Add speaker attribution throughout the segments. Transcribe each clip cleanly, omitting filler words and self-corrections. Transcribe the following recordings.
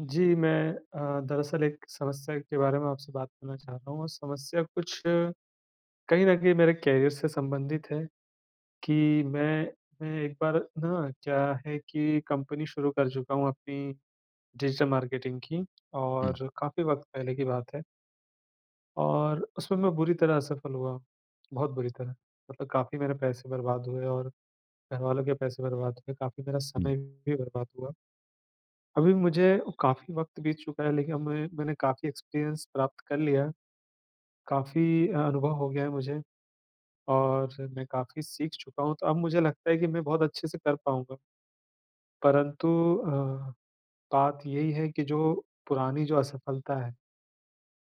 Speaker 1: जी, मैं दरअसल एक समस्या के बारे में आपसे बात करना चाह रहा हूँ और समस्या कुछ कहीं न कहीं मेरे करियर से संबंधित है कि मैं एक बार ना क्या है कि कंपनी शुरू कर चुका हूँ अपनी डिजिटल मार्केटिंग की।
Speaker 2: हुँ,
Speaker 1: और काफ़ी वक़्त पहले की बात है और उसमें मैं बुरी तरह असफल हुआ, बहुत बुरी तरह। मतलब काफ़ी मेरे पैसे बर्बाद हुए और घरवालों के पैसे बर्बाद हुए, काफ़ी मेरा
Speaker 2: हुँ।
Speaker 1: समय भी बर्बाद हुआ। अभी मुझे काफ़ी वक़्त बीत चुका है, लेकिन अब मैंने काफ़ी एक्सपीरियंस प्राप्त कर लिया है, काफ़ी अनुभव हो गया है मुझे और मैं काफ़ी सीख चुका हूँ, तो अब मुझे लगता है कि मैं बहुत अच्छे से कर पाऊँगा। परंतु अ, बात यही है कि जो पुरानी जो असफलता है,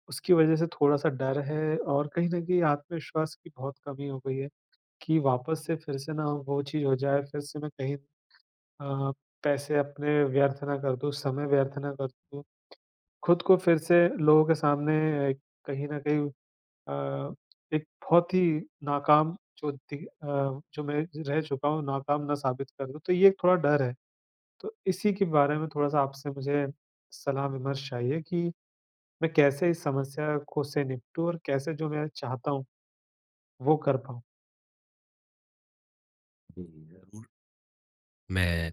Speaker 1: उसकी वज़ह से थोड़ा-सा डर है और कहीं न कहीं आत्मविश्वास की बहुत कमी हो गई है कि वापस से फिर से ना वो चीज़ हो जाए, फिर से मैं कहीं अ, पैसे अपने व्यर्थ ना कर दूँ, समय व्यर्थ ना कर दूँ। खुद को फिर से लोगों के सामने अ, कहीं न कहीं अ, एक बहुत ही नाकाम जो मैं रह चुका हूँ, नाकाम ना साबित कर दूँ, तो ये एक थोड़ा डर है। तो इसी के बारे में थोड़ा-सा आपसे मुझे सलाह-विमर्श चाहिए कि मैं कैसे इस समस्या को से निपटूँ और कैसे जो मैं चाहता हूँ, वो कर पाऊँ?
Speaker 2: जी, ज़रूर। मैं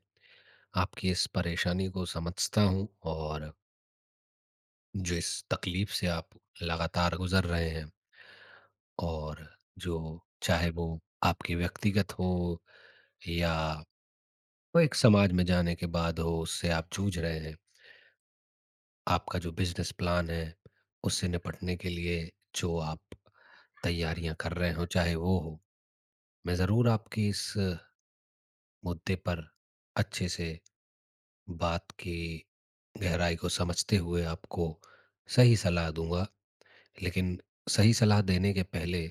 Speaker 2: आपकी इस परेशानी को समझता हूँ और जो इस तकलीफ़ से आप लगातार गुज़र रहे हैं, और जो चाहे वो आपकी व्यक्तिगत हो या वो एक समाज में जाने के बाद हो, उससे आप जूझ रहे हैं। आपका जो बिज़नेस प्लान है, उससे निपटने के लिए जो आप तैयारियाँ कर रहे हो, चाहे वो हो। मैं ज़रूर आपके इस मुद्दे पर अच्छे से बात की गहराई को समझते हुए आपको सही सलाह दूँगा। लेकिन सही सलाह देने के पहले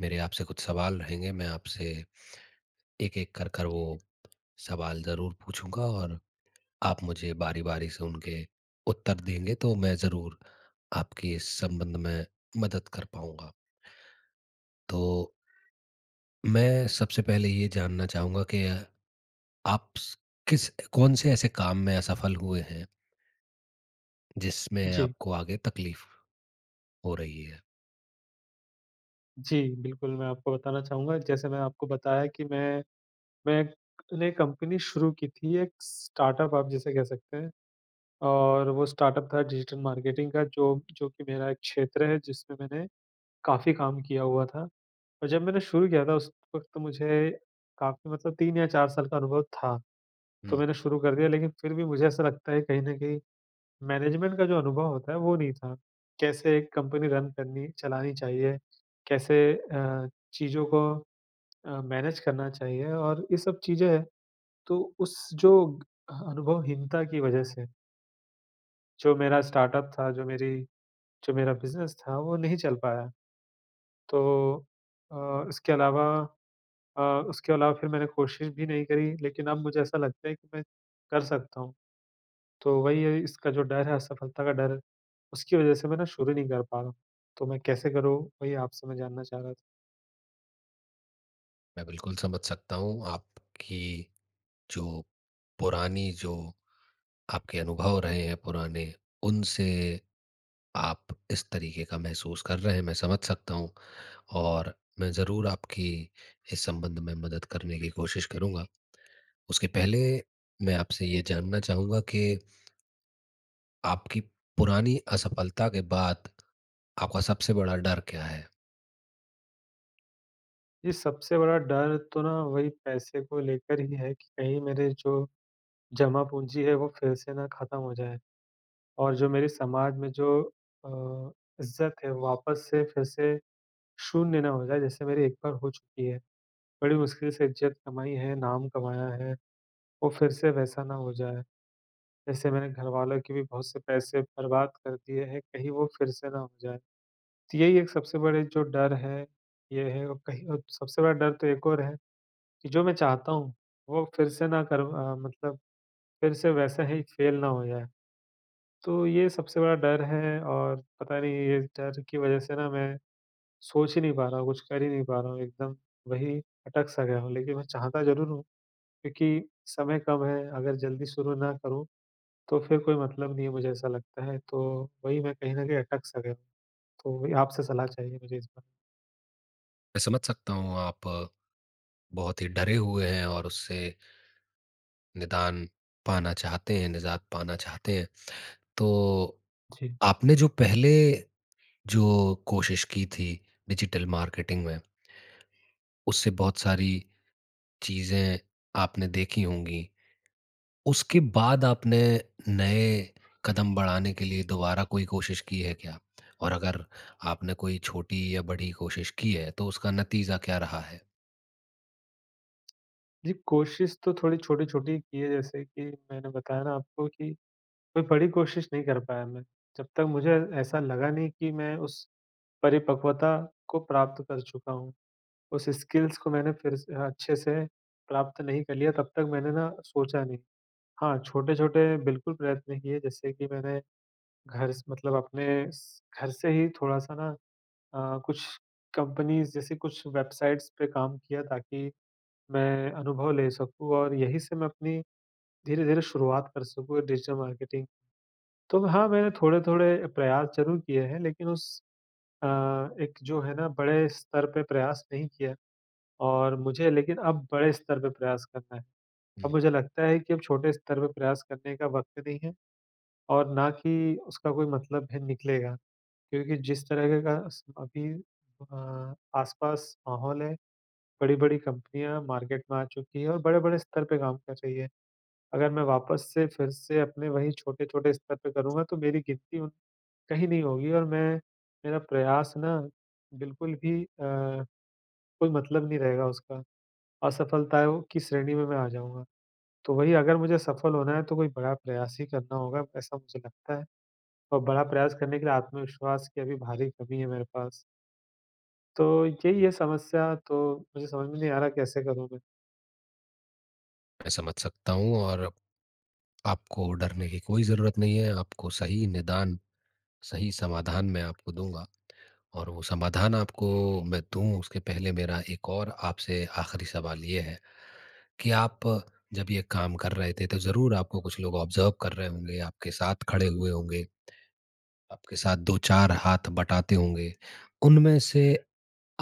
Speaker 2: मेरे आपसे कुछ सवाल रहेंगे। मैं आपसे एक-एक कर कर वो सवाल ज़रूर पूछूँगा, और आप मुझे बारी-बारी से उनके उत्तर देंगे तो मैं ज़रूर आपकी इस संबंध में मदद कर पाऊँगा। तो मैं सबसे पहले ये जानना चाहूँगा कि आप स किस कौन से ऐसे काम में असफल हुए हैं जिसमें
Speaker 1: जी।
Speaker 2: आपको आगे तकलीफ़ हो रही है?
Speaker 1: जी, बिल्कुल, मैं आपको बताना चाहूँगा। जैसे मैंने आपको बताया कि मैं ने कंपनी शुरू की थी, एक स्टार्टअप आप जिसे कह सकते हैं। और वो स्टार्टअप था डिजिटल मार्केटिंग का जो जो कि मेरा एक क्षेत्र है जिसमें मैंने काफ़ी काम किया हुआ था। और जब मैंने शुरू किया था उस वक़्त तो मुझे काफ़ी मतलब 3 या 4 साल का अनुभव था, तो
Speaker 2: हुँ।
Speaker 1: मैंने शुरू कर दिया, लेकिन फिर भी मुझे ऐसा लगता है कहीं न कहीं मैनेजमेंट का जो अनुभव होता है वो नहीं था। कैसे एक कंपनी रन करनी चलानी चाहिए, कैसे चीज़ों को मैनेज करना चाहिए और ये सब चीज़ें हैं। तो उस जो अनुभवहीनता की वजह से जो मेरा स्टार्टअप था, जो मेरा बिज़नेस था वो नहीं चल पाया। तो अ, इसके अलावा अ, उसके अलावा फिर मैंने कोशिश भी नहीं करी, लेकिन अब मुझे ऐसा लगता है कि मैं कर सकता हूँ। तो वही है इसका जो डर है, असफलता का डर, है, उसकी वज़ह से मैं ना शुरू नहीं कर पा रहा हूँ। तो मैं कैसे करूँ, वही आपसे मैं जानना चाह रहा था।
Speaker 2: मैं बिल्कुल समझ सकता हूँ आपकी, जो पुरानी जो आपके अनुभव रहे हैं पुराने, उनसे आप इस तरीके का महसूस कर रहे हैं, मैं समझ सकता हूँ। और मैं ज़रूर आपकी इस संबंध में मदद करने की कोशिश करूँगा। उसके पहले मैं आपसे ये जानना चाहूँगा कि आपकी पुरानी असफलता के बाद आपका सबसे बड़ा डर क्या है?
Speaker 1: ये सबसे बड़ा डर तो ना वही पैसे को लेकर ही है कि कहीं मेरे जो जमा पूँजी है वो फिर से ना ख़त्म हो जाए और जो मेरे समाज में जो अ, इज़्ज़त है वापस से फिर से शून्य ना हो जाए, जैसे मेरी एक बार हो चुकी है। बड़ी मुश्किल से इज़्ज़त कमाई है, नाम कमाया है, वो फिर से वैसा ना हो जाए। जैसे मैंने घरवालों के भी बहुत से पैसे बर्बाद कर दिए हैं, कहीं वो फिर से ना हो जाए। तो यही एक सबसे बड़े जो डर है, ये है और कहीं और सबसे बड़ा डर तो एक और है कि जो मैं चाहता हूँ, वो फिर से ना मतलब फिर से वैसा ही फ़ेल ना हो जाए। तो ये सबसे बड़ा डर है और पता नहीं ये डर की वज़ह से ना मैं सोच ही नहीं पा रहा हूँ, कुछ कर ही नहीं पा रहा हूँ, एकदम वही अटक-सा गया हूँ। लेकिन मैं चाहता ज़रूर हूँ, क्योंकि समय कम है, अगर जल्दी शुरू ना करूँ, तो फिर कोई मतलब नहीं है, मुझे ऐसा लगता है। तो वही मैं कहीं न कहीं अटक-सा गया हूँ, तो वही आपसे सलाह चाहिए मुझे इस बारे में।
Speaker 2: मैं समझ सकता हूँ, आप बहुत ही डरे हुए हैं और उससे निदान पाना चाहते हैं, निजात पाना चाहते हैं। तो
Speaker 1: जी।
Speaker 2: आपने जो पहले जो कोशिश की थी डिजिटल मार्केटिंग में, उससे बहुत सारी चीज़ें आपने देखी होंगी। उसके बाद आपने नए कदम बढ़ाने के लिए दोबारा कोई कोशिश की है क्या? और अगर आपने कोई छोटी या बड़ी कोशिश की है, तो उसका नतीजा क्या रहा है?
Speaker 1: जी, कोशिश तो थोड़ी छोटी-छोटी की है, जैसे कि मैंने बताया ना आपको कि कोई बड़ी कोशिश नहीं कर पाया मैं। जब तक मुझे ऐसा लगा नहीं कि मैं उस परिपक्वता को प्राप्त कर चुका हूँ। उस स्किल्स को मैंने फिर से अच्छे से प्राप्त नहीं कर लिया तब तक मैंने ना सोचा नहीं। हाँ, छोटे-छोटे बिल्कुल प्रयत्न किए, जैसे कि मैंने घर स मतलब अपने स घर से ही थोड़ा-सा ना कुछ कंपनीज़ जैसे कुछ वेबसाइट्स पे काम किया, ताकि मैं अनुभव ले सकूँ और यहीं से मैं अपनी धीरे-धीरे शुरुआत कर सकूँ डिजिटल मार्केटिंग। तो हाँ, मैंने थोड़े-थोड़े प्रयास ज़रूर किए हैं, लेकिन अ, एक जो है ना बड़े स्तर पे प्रयास नहीं किया और मुझे लेकिन अब बड़े स्तर पे प्रयास करना है।
Speaker 2: हुँ।
Speaker 1: अब मुझे लगता है कि अब छोटे स्तर पे प्रयास करने का वक़्त नहीं है और ना कि उसका कोई मतलब है निकलेगा। क्योंकि जिस तरह का स अभी अ, आस-पास माहौल है, बड़ी-बड़ी कंपनियाँ मार्केट में आ चुकी हैं और बड़े-बड़े स्तर पे काम कर रही है। अगर मैं वापस से फिर से अपने वही छोटे-छोटे स्तर पे करूँगा, तो मेरी गिनती उन कहीं नहीं होगी और मैं मेरा प्रयास ना बिल्कुल भी कोई मतलब नहीं रहेगा उसका। असफलताओं की श्रेणी में मैं आ जाऊँगा। तो वही अगर मुझे सफल होना है तो कोई बड़ा प्रयास ही करना होगा, ऐसा मुझे लगता है और बड़ा प्रयास करने के लिए आत्मविश्वास की अभी भारी कमी है मेरे पास। तो यही है समस्या, तो मुझे समझ में नहीं आ रहा कैसे करूँ मैं?
Speaker 2: मैं समझ सकता हूँ, और आपको डरने की कोई ज़रूरत नहीं है। आपको सही निदान, सही समाधान मैं आपको दूँगा, और वो समाधान आपको मैं दूँ उसके पहले मेरा एक और आपसे आखिरी सवाल ये है कि आप जब ये काम कर रहे थे तो ज़रूर आपको कुछ लोग ऑब्ज़र्व कर रहे होंगे, आपके साथ खड़े हुए होंगे, आपके साथ 2-4 हाथ बटाते होंगे। उनमें से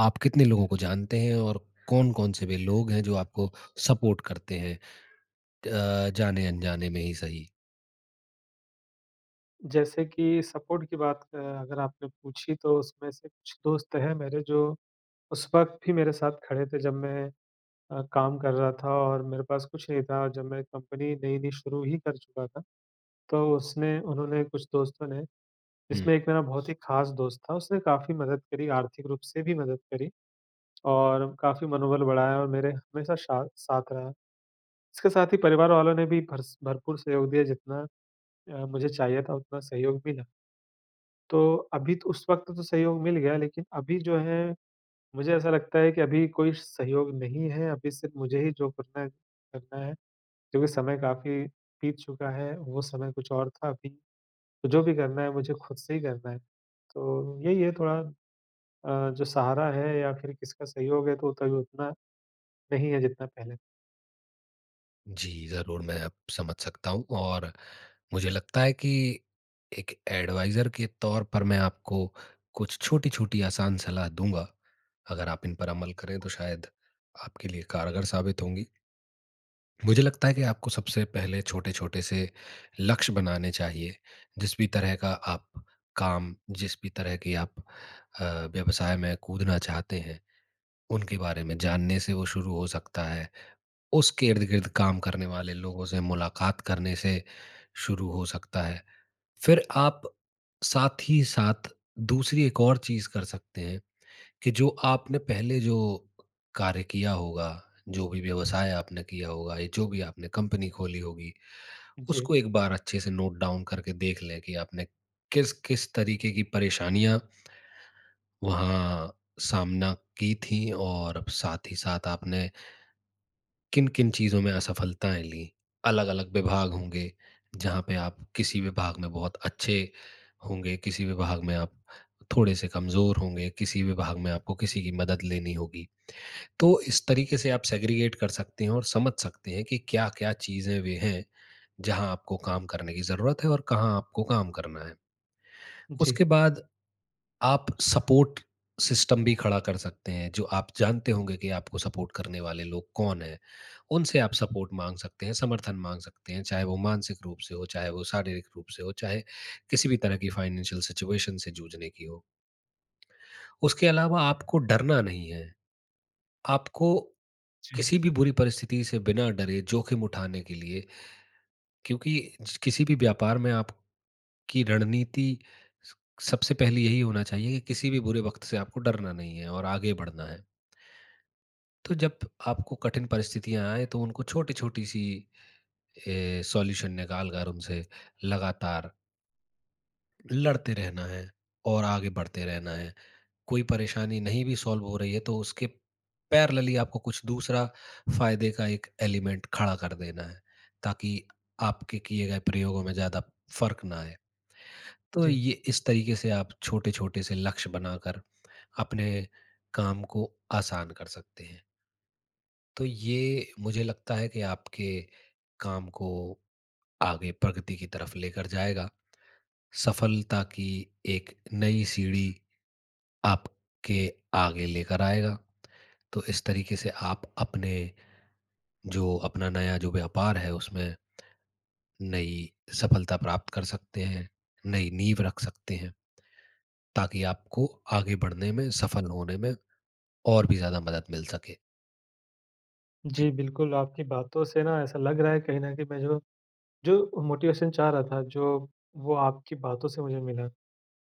Speaker 2: आप कितने लोगों को जानते हैं, और कौन-कौन से वे लोग हैं जो आपको सपोर्ट करते हैं, जाने-अनजाने में ही सही?
Speaker 1: जैसे कि सपोर्ट की बात अगर आपने पूछी, तो उसमें से कुछ दोस्त हैं मेरे जो उस वक़्त भी मेरे साथ खड़े थे, जब मैं काम कर रहा था और मेरे पास कुछ नहीं था और जब मैं कंपनी नई-नई शुरू ही कर चुका था, तो उसने उन्होंने कुछ दोस्तों ने,
Speaker 2: हुँ।
Speaker 1: इसमें एक मेरा बहुत ही ख़ास दोस्त था, उसने काफ़ी मदद करी, आर्थिक रूप से भी मदद करी और काफ़ी मनोबल बढ़ाया और मेरे हमेशा शा साथ रहा। इसके साथ ही परिवार वालों ने भी भरस भरपूर सहयोग दिया, जितना मुझे चाहिए था उतना सहयोग मिला। तो अभी तो उस वक़्त तो सहयोग मिल गया, लेकिन अभी जो है मुझे ऐसा लगता है कि अभी कोई सहयोग नहीं है, अभी सिर्फ़ मुझे ही जो करना है करना है, क्योंकि समय काफ़ी बीत चुका है, वो समय कुछ और था अभी। तो जो भी करना है मुझे खुद से ही करना है। तो यही है थोड़ा जो सहारा है या फिर किसका सहयोग है, तो उतना उतना नहीं है जितना पहले।
Speaker 2: जी, ज़रूर, मैं अब समझ सकता हूँ। और मुझे लगता है कि एक एडवाइज़र के तौर पर मैं आपको कुछ छोटी-छोटी आसान सलाह दूँगा। अगर आप इन पर अमल करें तो शायद आपके लिए कारगर साबित होंगी। मुझे लगता है कि आपको सबसे पहले छोटे-छोटे से लक्ष्य बनाने चाहिए। जिस भी तरह का आप काम, जिस भी तरह की आप अ, व्यवसाय में कूदना चाहते हैं, उनके बारे में जानने से वो शुरू हो सकता है। उसके इर्द-गिर्द काम करने वाले लोगों से मुलाकात करने से शुरू हो सकता है। फिर आप साथ ही साथ दूसरी एक और चीज़ कर सकते हैं कि जो आपने पहले जो कार्य किया होगा, जो भी व्यवसाय आपने किया होगा या जो भी आपने कंपनी खोली होगी,
Speaker 1: जी,
Speaker 2: उसको एक बार अच्छे से नोट डाउन करके देख लें कि आपने किस-किस तरीके की परेशानियाँ वहाँ सामना की थी, और साथ ही साथ आपने किन-किन चीज़ों में असफलताएँ ली? अलग-अलग विभाग होंगे, जहाँ पे आप किसी विभाग में बहुत अच्छे होंगे, किसी विभाग में आप थोड़े से कमज़ोर होंगे, किसी विभाग में आपको किसी की मदद लेनी होगी। तो इस तरीके से आप सेग्रीगेट कर सकते हैं और समझ सकते हैं कि क्या-क्या चीज़ें वे हैं, जहाँ आपको काम करने की ज़रूरत है और कहाँ आपको काम करना है।
Speaker 1: जी,
Speaker 2: उसके बाद आप सपोर्ट सिस्टम भी खड़ा कर सकते हैं, जो आप जानते होंगे कि आपको सपोर्ट करने वाले लोग कौन हैं। उनसे आप सपोर्ट माँग सकते हैं, समर्थन माँग सकते हैं, चाहे वो मानसिक रूप से हो, चाहे वो शारीरिक रूप से हो, चाहे किसी भी तरह की फाइनेंशियल सिचुएशन से जूझने की हो। उसके अलावा आपको डरना नहीं है, आपको
Speaker 1: जी,
Speaker 2: किसी भी बुरी परिस्थिति से बिना डरे जोखिम उठाने के लिए, क्योंकि किसी भी व्यापार में आपकी रणनीति स सबसे पहले यही होना चाहिए कि किसी भी बुरे वक़्त से आपको डरना नहीं है और आगे बढ़ना है। तो जब आपको कठिन परिस्थितियाँ आएँ तो उनको छोटी-छोटी सी सॉल्यूशन निकालकर उनसे लगातार लड़ते रहना है और आगे बढ़ते रहना है। कोई परेशानी नहीं भी सॉल्व हो रही है तो उसके पैरेलली आपको कुछ दूसरा फ़ायदे का एक एलिमेंट खड़ा कर देना है, ताकि आपके किए गए प्रयोगों में ज़्यादा फ़र्क ना आए। तो
Speaker 1: जी।
Speaker 2: ये इस तरीके से आप छोटे-छोटे से लक्ष्य बनाकर अपने काम को आसान कर सकते हैं। तो ये मुझे लगता है कि आपके काम को आगे प्रगति की तरफ लेकर जाएगा। सफलता की एक नई सीढ़ी आपके आगे लेकर आएगा। तो इस तरीके से आप अपने जो अपना नया जो व्यापार है उसमें नई सफलता प्राप्त कर सकते हैं, नई नींव रख सकते हैं, ताकि आपको आगे बढ़ने में, सफल होने में और भी ज़्यादा मदद मिल सके। जी।
Speaker 1: जी, बिल्कुल आपकी बातों से ना ऐसा लग रहा है कहीं न कहीं मैं जो जो मोटिवेशन चाह रहा था, जो वो आपकी बातों से मुझे मिला।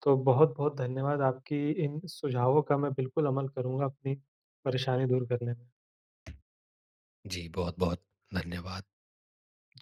Speaker 1: तो बहुत-बहुत धन्यवाद, आपकी इन सुझावों का मैं बिल्कुल अमल करूँगा अपनी परेशानी दूर करने में।
Speaker 2: जी बहुत-बहुत धन्यवाद।